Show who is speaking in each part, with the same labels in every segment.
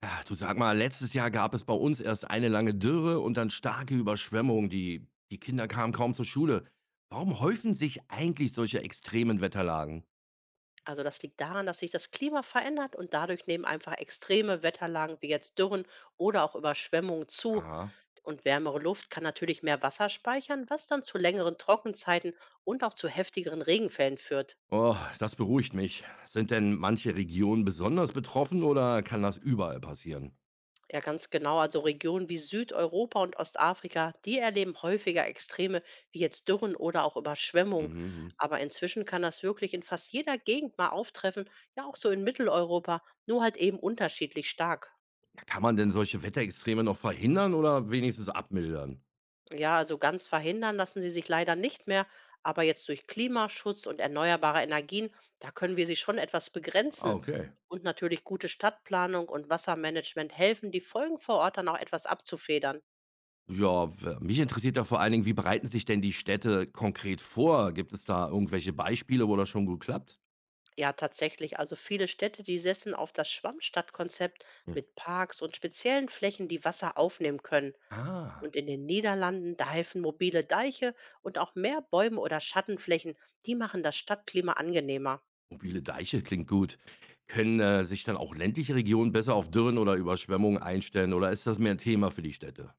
Speaker 1: Ah, Du sag mal, letztes Jahr gab es bei uns erst eine lange Dürre und dann starke Überschwemmungen. Die Kinder kamen kaum zur Schule. Warum häufen sich eigentlich solche extremen Wetterlagen?
Speaker 2: Also das liegt daran, dass sich das Klima verändert und dadurch nehmen einfach extreme Wetterlagen wie jetzt Dürren oder auch Überschwemmungen zu.
Speaker 1: Aha.
Speaker 2: Und wärmere Luft kann natürlich mehr Wasser speichern, was dann zu längeren Trockenzeiten und auch zu heftigeren Regenfällen führt.
Speaker 1: Oh, das beruhigt mich. Sind denn manche Regionen besonders betroffen oder kann das überall passieren?
Speaker 2: Ja, ganz genau. Also Regionen wie Südeuropa und Ostafrika, die erleben häufiger Extreme wie jetzt Dürren oder auch Überschwemmungen.
Speaker 1: Mhm. Mhm.
Speaker 2: Aber inzwischen kann das wirklich in fast jeder Gegend mal auftreffen, ja auch so in Mitteleuropa, nur halt eben unterschiedlich stark.
Speaker 1: Ja, kann man denn solche Wetterextreme noch verhindern oder wenigstens abmildern?
Speaker 2: Ja, also ganz verhindern lassen sie sich leider nicht mehr, aber jetzt durch Klimaschutz und erneuerbare Energien, da können wir sie schon etwas
Speaker 1: Ah,
Speaker 2: begrenzen.
Speaker 1: okay.
Speaker 2: Und natürlich gute Stadtplanung und Wassermanagement helfen, die Folgen vor Ort dann auch etwas abzufedern.
Speaker 1: Ja, mich interessiert da vor allen Dingen, wie bereiten sich denn die Städte konkret vor? Gibt es da irgendwelche Beispiele, wo das schon gut klappt?
Speaker 2: Ja, tatsächlich. Also viele Städte, die setzen auf das Schwammstadtkonzept mit Parks und speziellen Flächen, die Wasser aufnehmen können.
Speaker 1: Ah,
Speaker 2: Und in den Niederlanden, da helfen mobile Deiche und auch mehr Bäume oder Schattenflächen, die machen das Stadtklima angenehmer.
Speaker 1: mobile Deiche klingt gut. Können, sich dann auch ländliche Regionen besser auf Dürren oder Überschwemmungen einstellen oder ist das mehr 'n Thema für die Städte?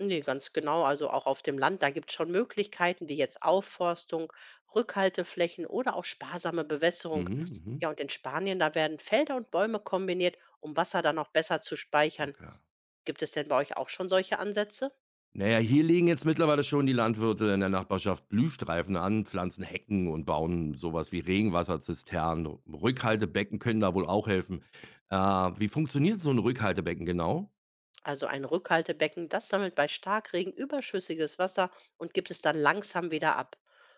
Speaker 2: Ne, ganz genau. Also auch auf dem Land, da gibt es schon Möglichkeiten wie jetzt Aufforstung, Rückhalteflächen oder auch sparsame Bewässerung.
Speaker 1: Mhm, mhm,
Speaker 2: Ja, und in Spanien, da werden Felder und Bäume kombiniert, um Wasser dann auch besser zu speichern.
Speaker 1: okay.
Speaker 2: Gibt es denn bei euch auch schon solche Ansätze?
Speaker 1: Na ja, hier legen jetzt mittlerweile schon die Landwirte in der Nachbarschaft Blühstreifen an, pflanzen Hecken und bauen sowas wie Regenwasserzisternen. Rückhaltebecken können da wohl auch helfen. Wie funktioniert so ein Rückhaltebecken genau?
Speaker 2: Also ein Rückhaltebecken, das sammelt bei Starkregen überschüssiges Wasser und gibt es dann langsam wieder ab.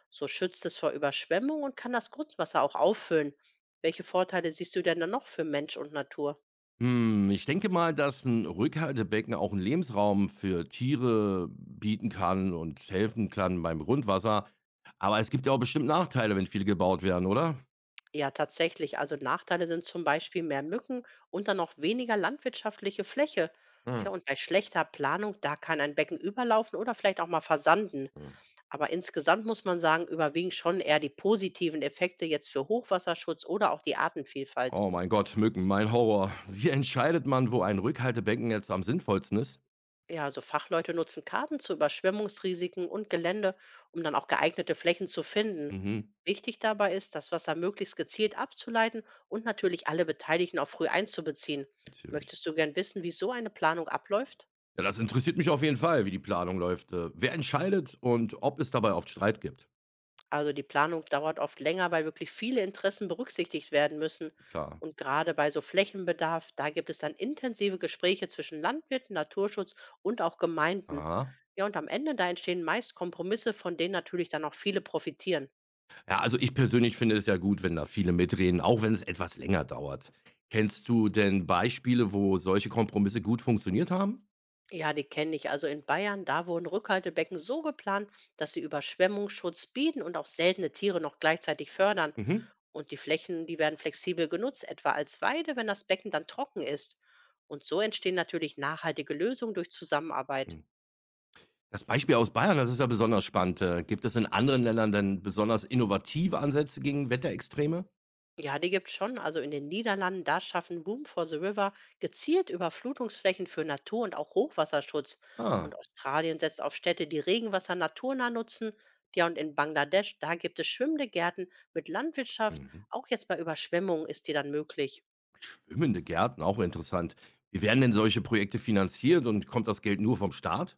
Speaker 2: So schützt es vor Überschwemmung und kann das Grundwasser auch auffüllen. Welche Vorteile siehst du denn da noch für Mensch und Natur?
Speaker 1: Hm, ich denke mal, dass ein Rückhaltebecken auch 'n Lebensraum für Tiere bieten kann und helfen kann beim Grundwasser. Aber es gibt ja auch bestimmt Nachteile, wenn viele gebaut werden, oder?
Speaker 2: Ja, tatsächlich. Also Nachteile sind zum Beispiel mehr Mücken und dann noch weniger landwirtschaftliche Fläche.
Speaker 1: Mhm,
Speaker 2: Tja, und bei schlechter Planung, da kann ein Becken überlaufen oder vielleicht auch mal versanden.
Speaker 1: mhm.
Speaker 2: Aber insgesamt muss man sagen, überwiegen schon eher die positiven Effekte jetzt für Hochwasserschutz oder auch die Artenvielfalt.
Speaker 1: Oh mein Gott, Mücken, mein Horror. Wie entscheidet man, wo ein Rückhaltebecken jetzt am sinnvollsten ist?
Speaker 2: Ja, also Fachleute nutzen Karten zu Überschwemmungsrisiken und Gelände, um dann auch geeignete Flächen zu finden.
Speaker 1: Mhm,
Speaker 2: Wichtig dabei ist, das Wasser möglichst gezielt abzuleiten und natürlich alle Beteiligten auch früh einzubeziehen.
Speaker 1: natürlich.
Speaker 2: Möchtest du gern wissen, wie so eine Planung abläuft?
Speaker 1: Ja, das interessiert mich auf jeden Fall, wie die Planung läuft. Wer entscheidet und ob es dabei oft Streit gibt?
Speaker 2: Also die Planung dauert oft länger, weil wirklich viele Interessen berücksichtigt werden müssen.
Speaker 1: Klar.
Speaker 2: Und gerade bei so Flächenbedarf, da gibt es dann intensive Gespräche zwischen Landwirten, Naturschutz und auch Gemeinden.
Speaker 1: Aha.
Speaker 2: Ja, und am Ende, da entstehen meist Kompromisse, von denen natürlich dann auch viele profitieren.
Speaker 1: Ja, also ich persönlich finde es ja gut, wenn da viele mitreden, auch wenn es etwas länger dauert. Kennst du denn Beispiele, wo solche Kompromisse gut funktioniert haben?
Speaker 2: Ja, die kenne ich. Also in Bayern, da wurden Rückhaltebecken so geplant, dass sie Überschwemmungsschutz bieten und auch seltene Tiere noch gleichzeitig fördern.
Speaker 1: Mhm.
Speaker 2: Und die Flächen, die werden flexibel genutzt, etwa als Weide, wenn das Becken dann trocken ist. Und so entstehen natürlich nachhaltige Lösungen durch Zusammenarbeit.
Speaker 1: Hm. Das Beispiel aus Bayern, das ist ja besonders spannend. Gibt es in anderen Ländern denn besonders innovative Ansätze gegen Wetterextreme?
Speaker 2: Ja, die gibt's schon. Also in den Niederlanden, da schaffen Room for the River gezielt Überflutungsflächen für Natur- und auch Hochwasserschutz. Und
Speaker 1: Ah,
Speaker 2: Australien setzt auf Städte, die Regenwasser naturnah nutzen. Ja, und in Bangladesch, da gibt es schwimmende Gärten mit Landwirtschaft.
Speaker 1: mhm.
Speaker 2: Auch jetzt bei Überschwemmungen ist die dann möglich.
Speaker 1: Schwimmende Gärten, auch interessant. Wie werden denn solche Projekte finanziert und kommt das Geld nur vom Staat?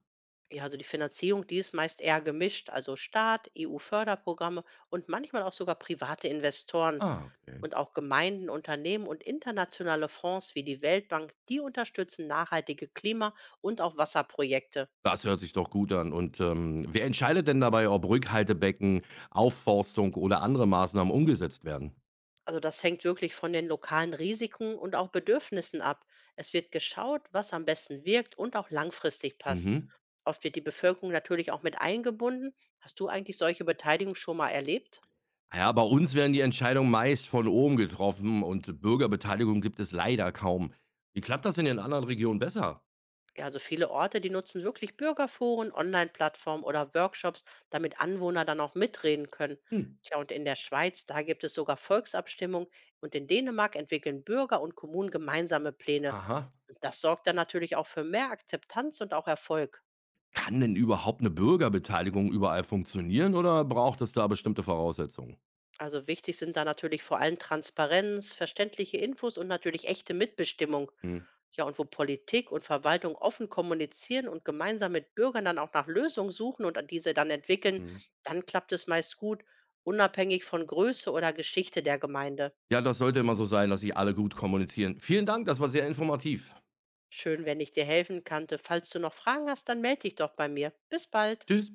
Speaker 2: Ja, also die Finanzierung, die ist meist eher gemischt. Also Staat, EU-Förderprogramme und manchmal auch sogar private Investoren.
Speaker 1: Ah, okay.
Speaker 2: Und auch Gemeinden, Unternehmen und internationale Fonds wie die Weltbank, die unterstützen nachhaltige Klima- und auch Wasserprojekte.
Speaker 1: Das hört sich doch gut an. Und, wer entscheidet denn dabei, ob Rückhaltebecken, Aufforstung oder andere Maßnahmen umgesetzt werden?
Speaker 2: Also das hängt wirklich von den lokalen Risiken und auch Bedürfnissen ab. Es wird geschaut, was am besten wirkt und auch langfristig passt.
Speaker 1: Mhm.
Speaker 2: Oft wird die Bevölkerung natürlich auch mit eingebunden. Hast du eigentlich solche Beteiligung schon mal erlebt?
Speaker 1: Ah ja, bei uns werden die Entscheidungen meist von oben getroffen und Bürgerbeteiligung gibt es leider kaum. Wie klappt das denn in anderen Regionen besser?
Speaker 2: Ja, also viele Orte, die nutzen wirklich Bürgerforen, Online-Plattformen oder Workshops, damit Anwohner dann auch mitreden können.
Speaker 1: Hm.
Speaker 2: Tja, und in der Schweiz, da gibt es sogar Volksabstimmungen und in Dänemark entwickeln Bürger und Kommunen gemeinsame Pläne.
Speaker 1: Aha.
Speaker 2: Und das sorgt dann natürlich auch für mehr Akzeptanz und auch Erfolg.
Speaker 1: Kann denn überhaupt eine Bürgerbeteiligung überall funktionieren oder braucht es da bestimmte Voraussetzungen?
Speaker 2: Also wichtig sind da natürlich vor allem Transparenz, verständliche Infos und natürlich echte Mitbestimmung.
Speaker 1: Mhm,
Speaker 2: Ja, und wo Politik und Verwaltung offen kommunizieren und gemeinsam mit Bürgern dann auch nach Lösungen suchen und diese dann entwickeln,
Speaker 1: mhm.
Speaker 2: dann klappt es meist gut, unabhängig von Größe oder Geschichte der Gemeinde.
Speaker 1: Ja, das sollte immer so sein, dass sie alle gut kommunizieren. Vielen Dank, das war sehr informativ.
Speaker 2: Schön, wenn ich dir helfen konnte. Falls du noch Fragen hast, dann melde dich doch bei mir. Bis bald.
Speaker 1: Tschüss.